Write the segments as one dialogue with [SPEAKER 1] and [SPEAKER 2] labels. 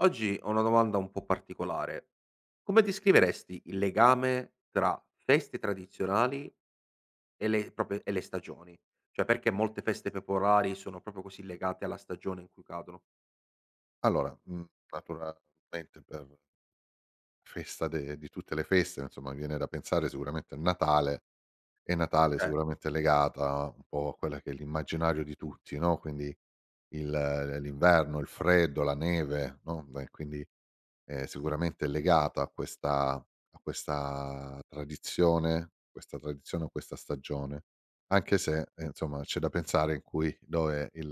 [SPEAKER 1] Oggi ho una domanda un po' particolare. Come descriveresti il legame tra feste tradizionali e le stagioni? Cioè, perché molte feste popolari sono proprio così legate alla stagione in cui cadono?
[SPEAKER 2] Allora, naturalmente per festa de di tutte le feste, insomma, mi viene da pensare sicuramente a Natale. E Natale
[SPEAKER 1] Cer
[SPEAKER 2] sicuramente è legata un po' a quella che è l'immaginario di tutti, no, quindi il l'inverno, il freddo, la neve, no, e quindi, sicuramente è legata a questa tradizione o questa stagione, anche se, insomma, c'è da pensare in cui dove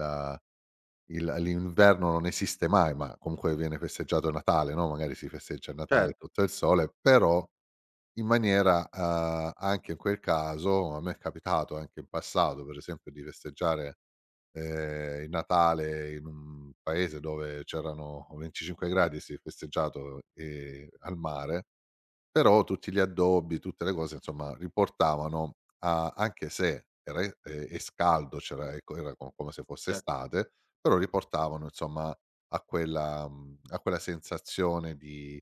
[SPEAKER 2] il l'inverno non esiste mai, ma comunque viene festeggiato Natale, no, magari si festeggia il Natale
[SPEAKER 1] certo,
[SPEAKER 2] sotto il sole, però in maniera, anche in quel caso a me è capitato anche in passato, per esempio, di festeggiare, il Natale in un paese dove c'erano 25 gradi e si è festeggiato, al mare. Però tutti gli addobbi, tutte le cose insomma riportavano a anche se era e scaldo, c'era ecco, era co come se fosse
[SPEAKER 1] cer
[SPEAKER 2] estate, però riportavano insomma a quella a quella sensazione di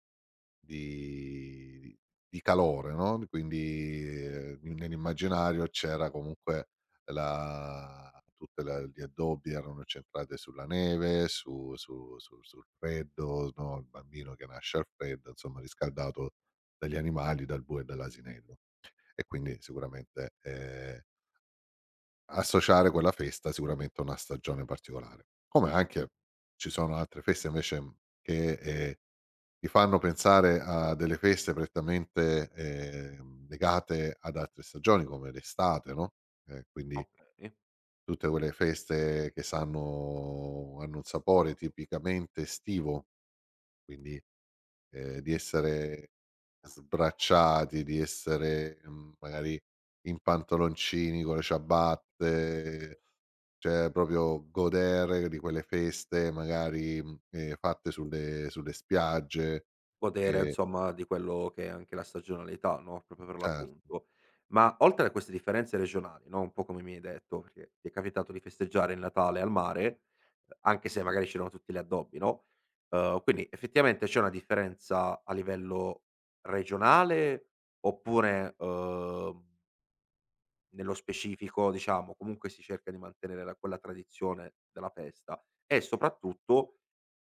[SPEAKER 2] di calore, no, di quindi, n nell'immaginario c'era comunque la tutte la gli addobbi erano incentrate sulla neve, su su su sul freddo, no, il bambino che nasce al freddo, insomma riscaldato dagli animali, dal bue e dall'asinello. E quindi sicuramente, associare quella festa sicuramente a una stagione particolare. Come anche ci sono altre feste invece, che, ti fanno pensare a delle feste prettamente, legate ad altre stagioni come l'estate, no, quindi
[SPEAKER 1] okay.
[SPEAKER 2] tutte quelle feste che sanno hanno un sapore tipicamente estivo, quindi di essere sbracciati, di essere, magari in pantaloncini con le ciabatte, cioè proprio godere di quelle feste magari, fatte sulle spiagge.
[SPEAKER 1] Godere
[SPEAKER 2] Che
[SPEAKER 1] insomma di quello che è anche la stagionalità, no, proprio per
[SPEAKER 2] cer
[SPEAKER 1] l'appunto. Ma oltre a queste differenze regionali, no, un po' come mi hai detto, perché ti è capitato di festeggiare il Natale al mare, anche se magari c'erano tutti gli addobbi, no, quindi effettivamente c'è una differenza a livello regionale oppure, nello specifico, diciamo, comunque si cerca di mantenere la quella tradizione della festa e soprattutto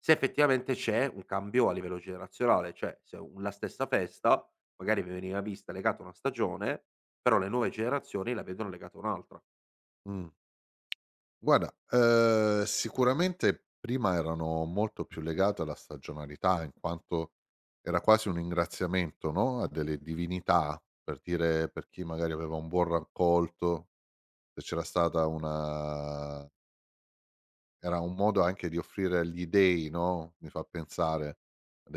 [SPEAKER 1] se effettivamente c'è un cambio a livello generazionale, cioè se un la stessa festa magari veniva vista legata a una stagione, però le nuove generazioni la vedono legata a un'altra.
[SPEAKER 2] Mh. Guarda, sicuramente prima erano molto più legate alla stagionalità, in quanto era quasi un ringraziamento, no, a delle divinità, per dire per chi magari aveva un buon raccolto. C'era stata una Era un modo anche di offrire gli dei, no, mi fa pensare,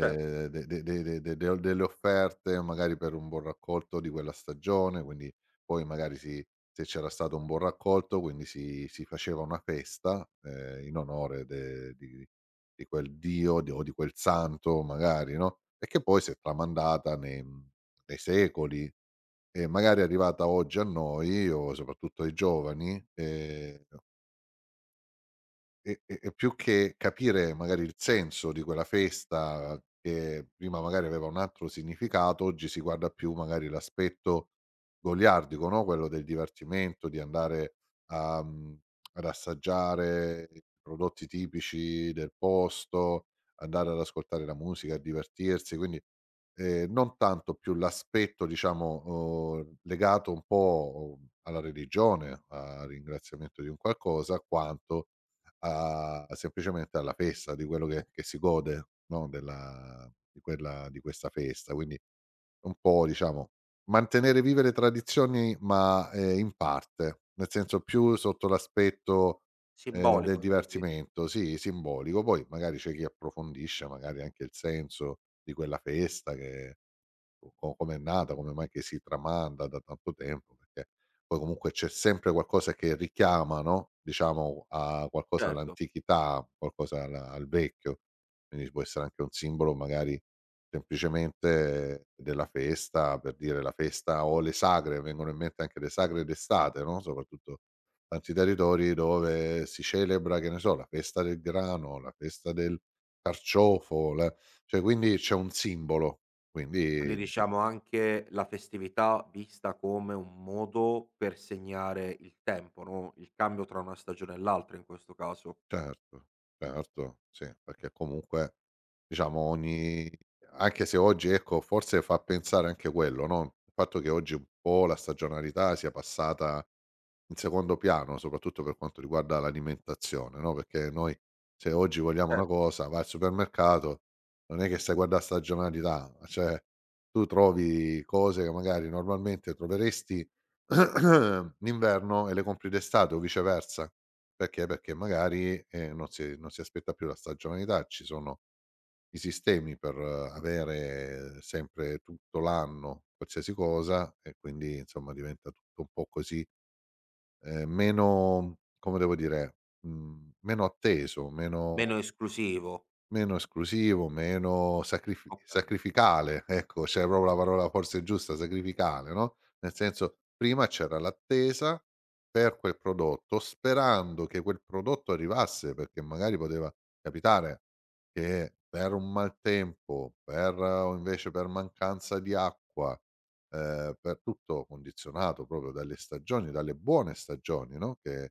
[SPEAKER 1] Certo,
[SPEAKER 2] de de de de de de- delle offerte magari per un buon raccolto di quella stagione, quindi poi magari se c'era stato un buon raccolto, quindi si faceva una festa, in onore de di quel dio di o di quel santo magari, no, e che poi si è tramandata nei secoli. E magari è arrivata oggi a noi o soprattutto ai giovani, e più che capire magari il senso di quella festa, che prima magari aveva un altro significato, oggi si guarda più magari l'aspetto goliardico, no, quello del divertimento, di andare a mhmm, ad assaggiare i prodotti tipici del posto, andare ad ascoltare la musica, a divertirsi, quindi, non tanto più l'aspetto diciamo, legato un po' alla religione, al ringraziamento di un qualcosa, quanto a semplicemente alla festa, di quello che si gode, no, della di quella di questa festa. Quindi un po' diciamo mantenere vive le tradizioni, ma, in parte, nel senso più sotto l'aspetto, del
[SPEAKER 1] simbolico quindi,
[SPEAKER 2] divertimento, sì, simbolico. Poi magari c'è chi approfondisce magari anche il senso di quella festa, che co com'è nata, come mai che si tramanda da tanto tempo, perché poi comunque c'è sempre qualcosa che richiama, no, diciamo a qualcosa
[SPEAKER 1] certo.
[SPEAKER 2] all'antichità, qualcosa al vecchio. Quindi ci può essere anche un simbolo magari semplicemente della festa, per dire la festa o le sagre, vengono in mente anche le sagre d'estate, no, soprattutto tanti territori dove si celebra, che ne so, la festa del grano, la festa del carciofo, la cioè quindi c'è un simbolo, quindi.
[SPEAKER 1] Quindi diciamo anche la festività vista come un modo per segnare il tempo, no, il cambio tra una stagione e l'altra in questo caso.
[SPEAKER 2] Certo, certo, sì, perché comunque diciamo ogni anche se oggi ecco, forse fa pensare anche quello, no, il fatto che oggi un po' la stagionalità sia passata in secondo piano, soprattutto per quanto riguarda l'alimentazione, no, perché noi se oggi vogliamo una
[SPEAKER 1] Certo.
[SPEAKER 2] cosa, vai al supermercato, non è che stai a guardà stagionalità, cioè tu trovi cose che magari normalmente troveresti d'inverno e le compri d'estate o viceversa. Perché? Perché magari, non si aspetta più la stagionalità, ci sono i sistemi per avere sempre tutto l'anno qualsiasi cosa e quindi insomma diventa tutto un po' così, meno come devo dire, meno atteso, meno.
[SPEAKER 1] Meno esclusivo.
[SPEAKER 2] Meno esclusivo, meno
[SPEAKER 1] Okay,
[SPEAKER 2] sacrificale, ecco, c'è proprio la parola forse giusta, sacrificale, no, nel senso, prima c'era l'attesa per quel prodotto, sperando che quel prodotto arrivasse, perché magari poteva capitare che per un maltempo, per o invece per mancanza di acqua, per tutto condizionato proprio dalle stagioni, dalle buone stagioni, no,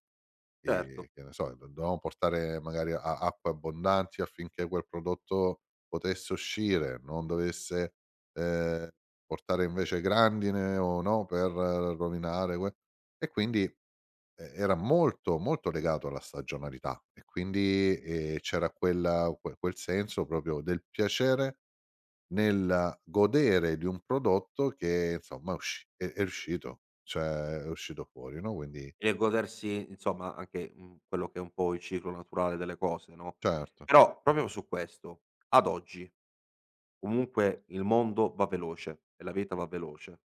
[SPEAKER 1] certo.
[SPEAKER 2] Che ne so, do dovevamo portare magari a acque abbondanti affinché quel prodotto potesse uscire, non dovesse, ehm, portare invece grandine o no, per rovinare que e quindi era molto, molto legato alla stagionalità e quindi, c'era quel senso proprio del piacere nel godere di un prodotto che insomma è uscito, cioè è uscito fuori, no, quindi.
[SPEAKER 1] E godersi insomma anche, mhmm, quello che è un po' il ciclo naturale delle cose, no,
[SPEAKER 2] Certo.
[SPEAKER 1] però proprio su questo, ad oggi comunque il mondo va veloce e la vita va veloce,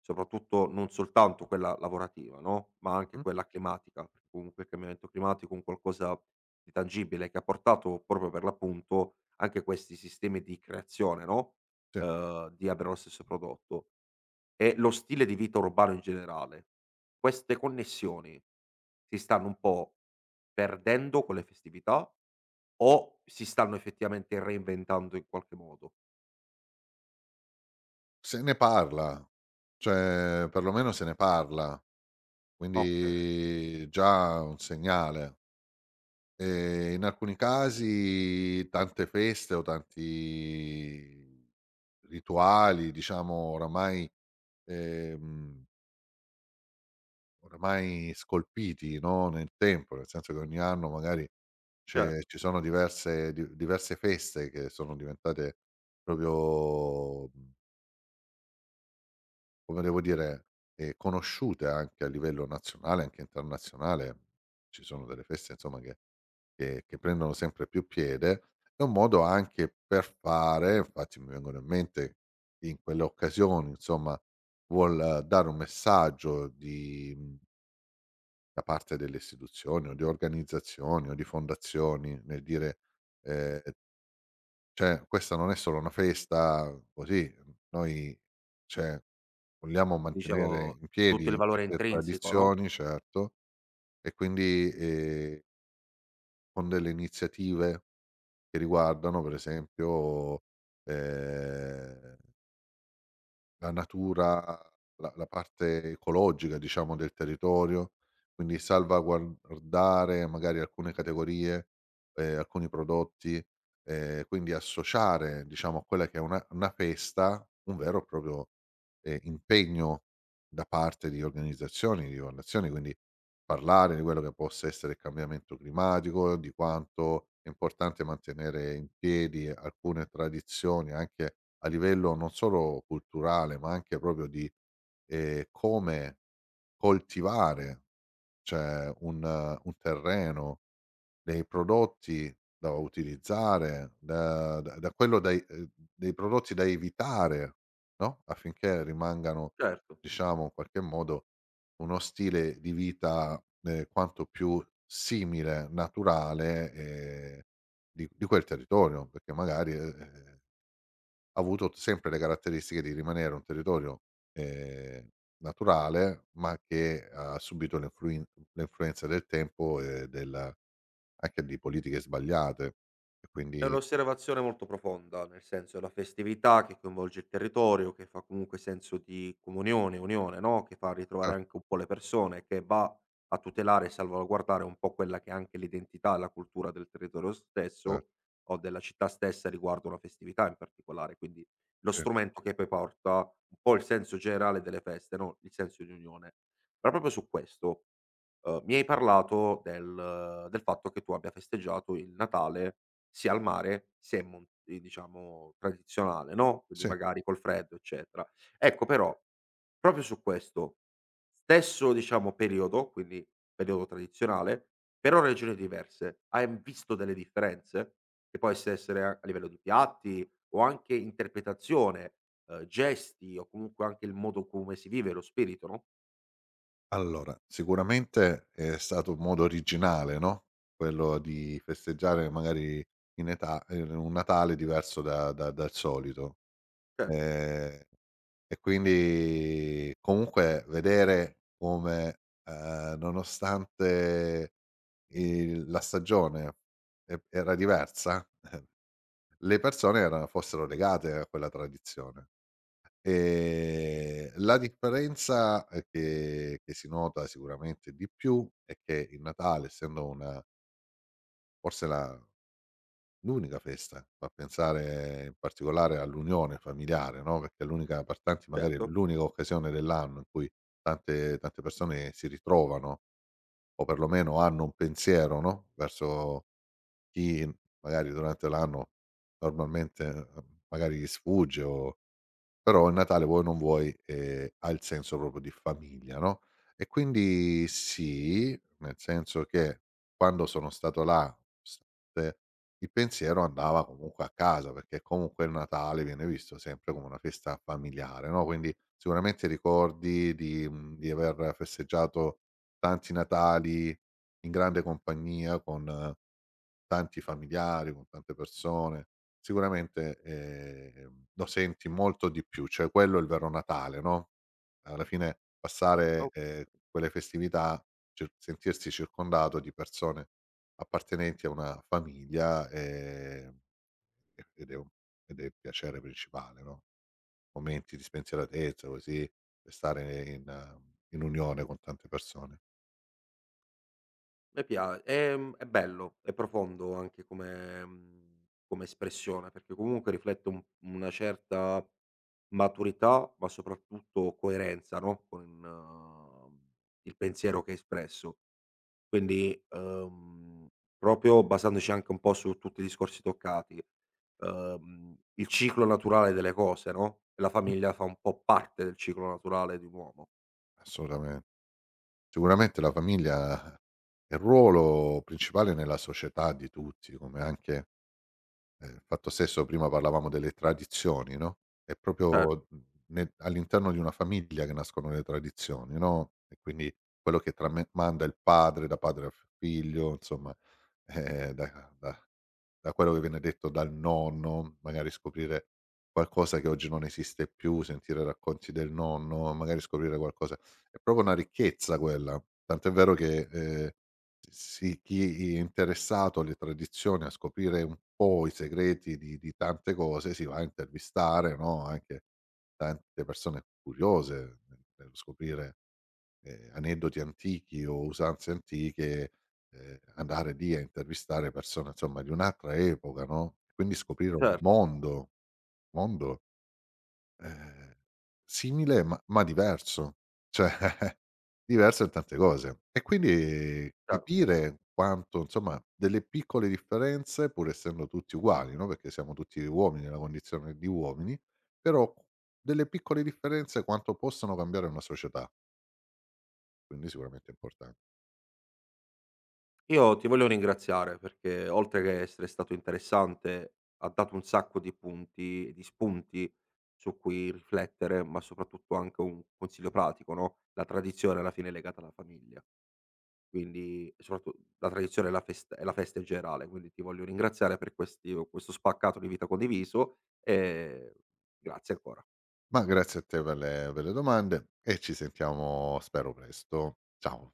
[SPEAKER 1] soprattutto non soltanto quella lavorativa, no, ma anche
[SPEAKER 2] Mh-mh,
[SPEAKER 1] quella climatica, perché comunque il cambiamento climatico è un qualcosa di tangibile che ha portato proprio per l'appunto anche questi sistemi di creazione, no,
[SPEAKER 2] sì.
[SPEAKER 1] di avere lo stesso prodotto. E lo stile di vita urbano in generale. Queste connessioni si stanno un po' perdendo con le festività o si stanno effettivamente reinventando in qualche modo?
[SPEAKER 2] Se ne parla, cioè perlomeno se ne parla,
[SPEAKER 1] Okay,
[SPEAKER 2] quindi già un segnale. In alcuni casi tante feste o tanti rituali, diciamo oramai, ehm, oramai scolpiti, no, nel tempo, nel senso che ogni anno magari
[SPEAKER 1] certo.
[SPEAKER 2] c'è ci sono diverse feste che sono diventate proprio, come devo dire, conosciute anche a livello nazionale, anche internazionale. Ci sono delle feste insomma che prendono sempre più piede. È un modo anche per fare, infatti mi vengono in mente in quelle occasioni insomma, vuol dare un messaggio da parte delle istituzioni o di organizzazioni o di fondazioni nel dire, ehm, cioè: "Questa non è solo una festa così, noi cioè". Vogliamo mantenere
[SPEAKER 1] Dicevo
[SPEAKER 2] in
[SPEAKER 1] tutto il
[SPEAKER 2] piedi
[SPEAKER 1] valore
[SPEAKER 2] queste
[SPEAKER 1] intrinseco, no,
[SPEAKER 2] tradizioni, certo, e quindi, con delle iniziative che riguardano per esempio, ehm la natura, la parte ecologica diciamo del territorio, quindi salvaguardare magari alcune categorie, alcuni prodotti, quindi associare diciamo a quella che è una festa, un vero e proprio, impegno da parte di organizzazioni, di fondazioni, quindi parlare di quello che possa essere il cambiamento climatico, di quanto è importante mantenere in piedi alcune tradizioni anche a livello non solo culturale, ma anche proprio di, come coltivare, cioè un terreno, dei prodotti da utilizzare, da da da quello da e dei prodotti da evitare, no, affinché rimangano,
[SPEAKER 1] certo.
[SPEAKER 2] diciamo, in qualche modo uno stile di vita, quanto più simile, naturale, ehm, di quel territorio, perché magari, ha avuto sempre le caratteristiche di rimanere un territorio, ehm, naturale, ma che ha subito l'influenza del tempo e del anche di politiche sbagliate e
[SPEAKER 1] È
[SPEAKER 2] quindi
[SPEAKER 1] un'osservazione molto profonda, nel senso è la festività che coinvolge il territorio, che fa comunque senso di comunione, unione, no, che fa
[SPEAKER 2] cer
[SPEAKER 1] ritrovare anche un po' le persone, che va a tutelare e salvaguardare un po' quella che è anche l'identità e la cultura del territorio stesso o della città stessa riguardo una festività in particolare, quindi lo
[SPEAKER 2] cer
[SPEAKER 1] strumento che poi porta un po' il senso generale delle feste, no, il senso di unione. Ma proprio su questo mi hai parlato del fatto che tu abbia festeggiato il Natale sia al mare sia in mon i diciamo tradizionale, no, quindi
[SPEAKER 2] sì, sì.
[SPEAKER 1] magari col freddo eccetera. Ecco però, proprio su questo, stesso diciamo periodo, quindi periodo tradizionale, però regioni diverse, hai visto delle differenze? Che può esse essere a a livello di piatti o anche interpretazione, gesti o comunque anche il modo come si vive lo spirito, no?
[SPEAKER 2] Allora, sicuramente è stato un modo originale, no, quello di festeggiare magari in età, un Natale diverso da da dal solito.
[SPEAKER 1] Certo,
[SPEAKER 2] Ehm E quindi comunque vedere come, nonostante il la stagione era diversa, le persone erano fossero legate a quella tradizione. La differenza, che si nota sicuramente di più è che il Natale, essendo una forse la l'unica festa, fa pensare in particolare all'unione familiare, no, perché è l'unica, per tanti magari è
[SPEAKER 1] certo.
[SPEAKER 2] l'unica occasione dell'anno in cui tante persone si ritrovano o perlomeno hanno un pensiero, no, verso chi magari durante l'anno normalmente, magari gli sfugge. O però il Natale, vuoi o non vuoi, ha il senso proprio di famiglia, no, e quindi sì, nel senso che quando sono stato là, st eh, il pensiero andava comunque a casa, perché comunque il Natale viene visto sempre come una festa familiare, no, quindi sicuramente ricordi di aver festeggiato tanti Natali in grande compagnia con tanti familiari, con tante persone, sicuramente, lo senti molto di più, cioè quello è il vero Natale, no, alla fine passare,
[SPEAKER 1] O
[SPEAKER 2] quelle festività, cir sentirsi circondato di persone appartenenti a una famiglia, e ed è un ed è il piacere principale, no, momenti di spensieratezza così, e stare in unione con tante persone.
[SPEAKER 1] Me pia è mhmm, è bello, è profondo anche come mhmm, come espressione, perché comunque riflette un una certa maturità, ma soprattutto coerenza, no, con il pensiero che hai espresso. Quindi, proprio basandoci anche un po' su tutti i discorsi toccati, il ciclo naturale delle cose, no, e la
[SPEAKER 2] Mh,
[SPEAKER 1] famiglia fa un po' parte del ciclo naturale di un uomo.
[SPEAKER 2] assolutamente. Sicuramente la famiglia è il ruolo principale nella società di tutti, come anche, il fatto stesso prima parlavamo delle tradizioni, no, è proprio,
[SPEAKER 1] Certo,
[SPEAKER 2] ne all'interno di una famiglia che nascono le tradizioni, no, e quindi quello che tramanda il padre, da padre a f figlio, insomma, eh, da da da quello che viene detto dal nonno, magari scoprire qualcosa che oggi non esiste più, sentire racconti del nonno, magari scoprire qualcosa. È proprio una ricchezza quella, tant'è vero che, si chi è interessato alle tradizioni, a scoprire un po' i segreti di tante cose, si va a intervistare, no, anche tante persone curiose nello scoprire aneddoti antichi o usanze antiche, andare lì a intervistare persone insomma di un'altra epoca, no, quindi scoprire un
[SPEAKER 1] certo,
[SPEAKER 2] mondo, mondo, ehm, simile ma diverso, cioè diverso in tante cose. E quindi
[SPEAKER 1] chiaro.
[SPEAKER 2] capire quanto insomma delle piccole differenze, pur essendo tutti uguali, no, perché siamo tutti uomini nella condizione di uomini, però delle piccole differenze quanto possono cambiare una società, quindi sicuramente è importan.
[SPEAKER 1] Io ti voglio ringraziare perché oltre che essere stato interessante, ha dato un sacco di punti di spunti su cui riflettere, ma soprattutto anche un consiglio pratico, no, la tradizione alla fine è legata alla famiglia, quindi e soprattutto la tradizione e la festa in generale, quindi ti voglio ringraziare per questi questo spaccato di vita condiviso e grazie ancora.
[SPEAKER 2] Ma grazie a te per le domande e ci sentiamo, spero, presto. Ciao, cia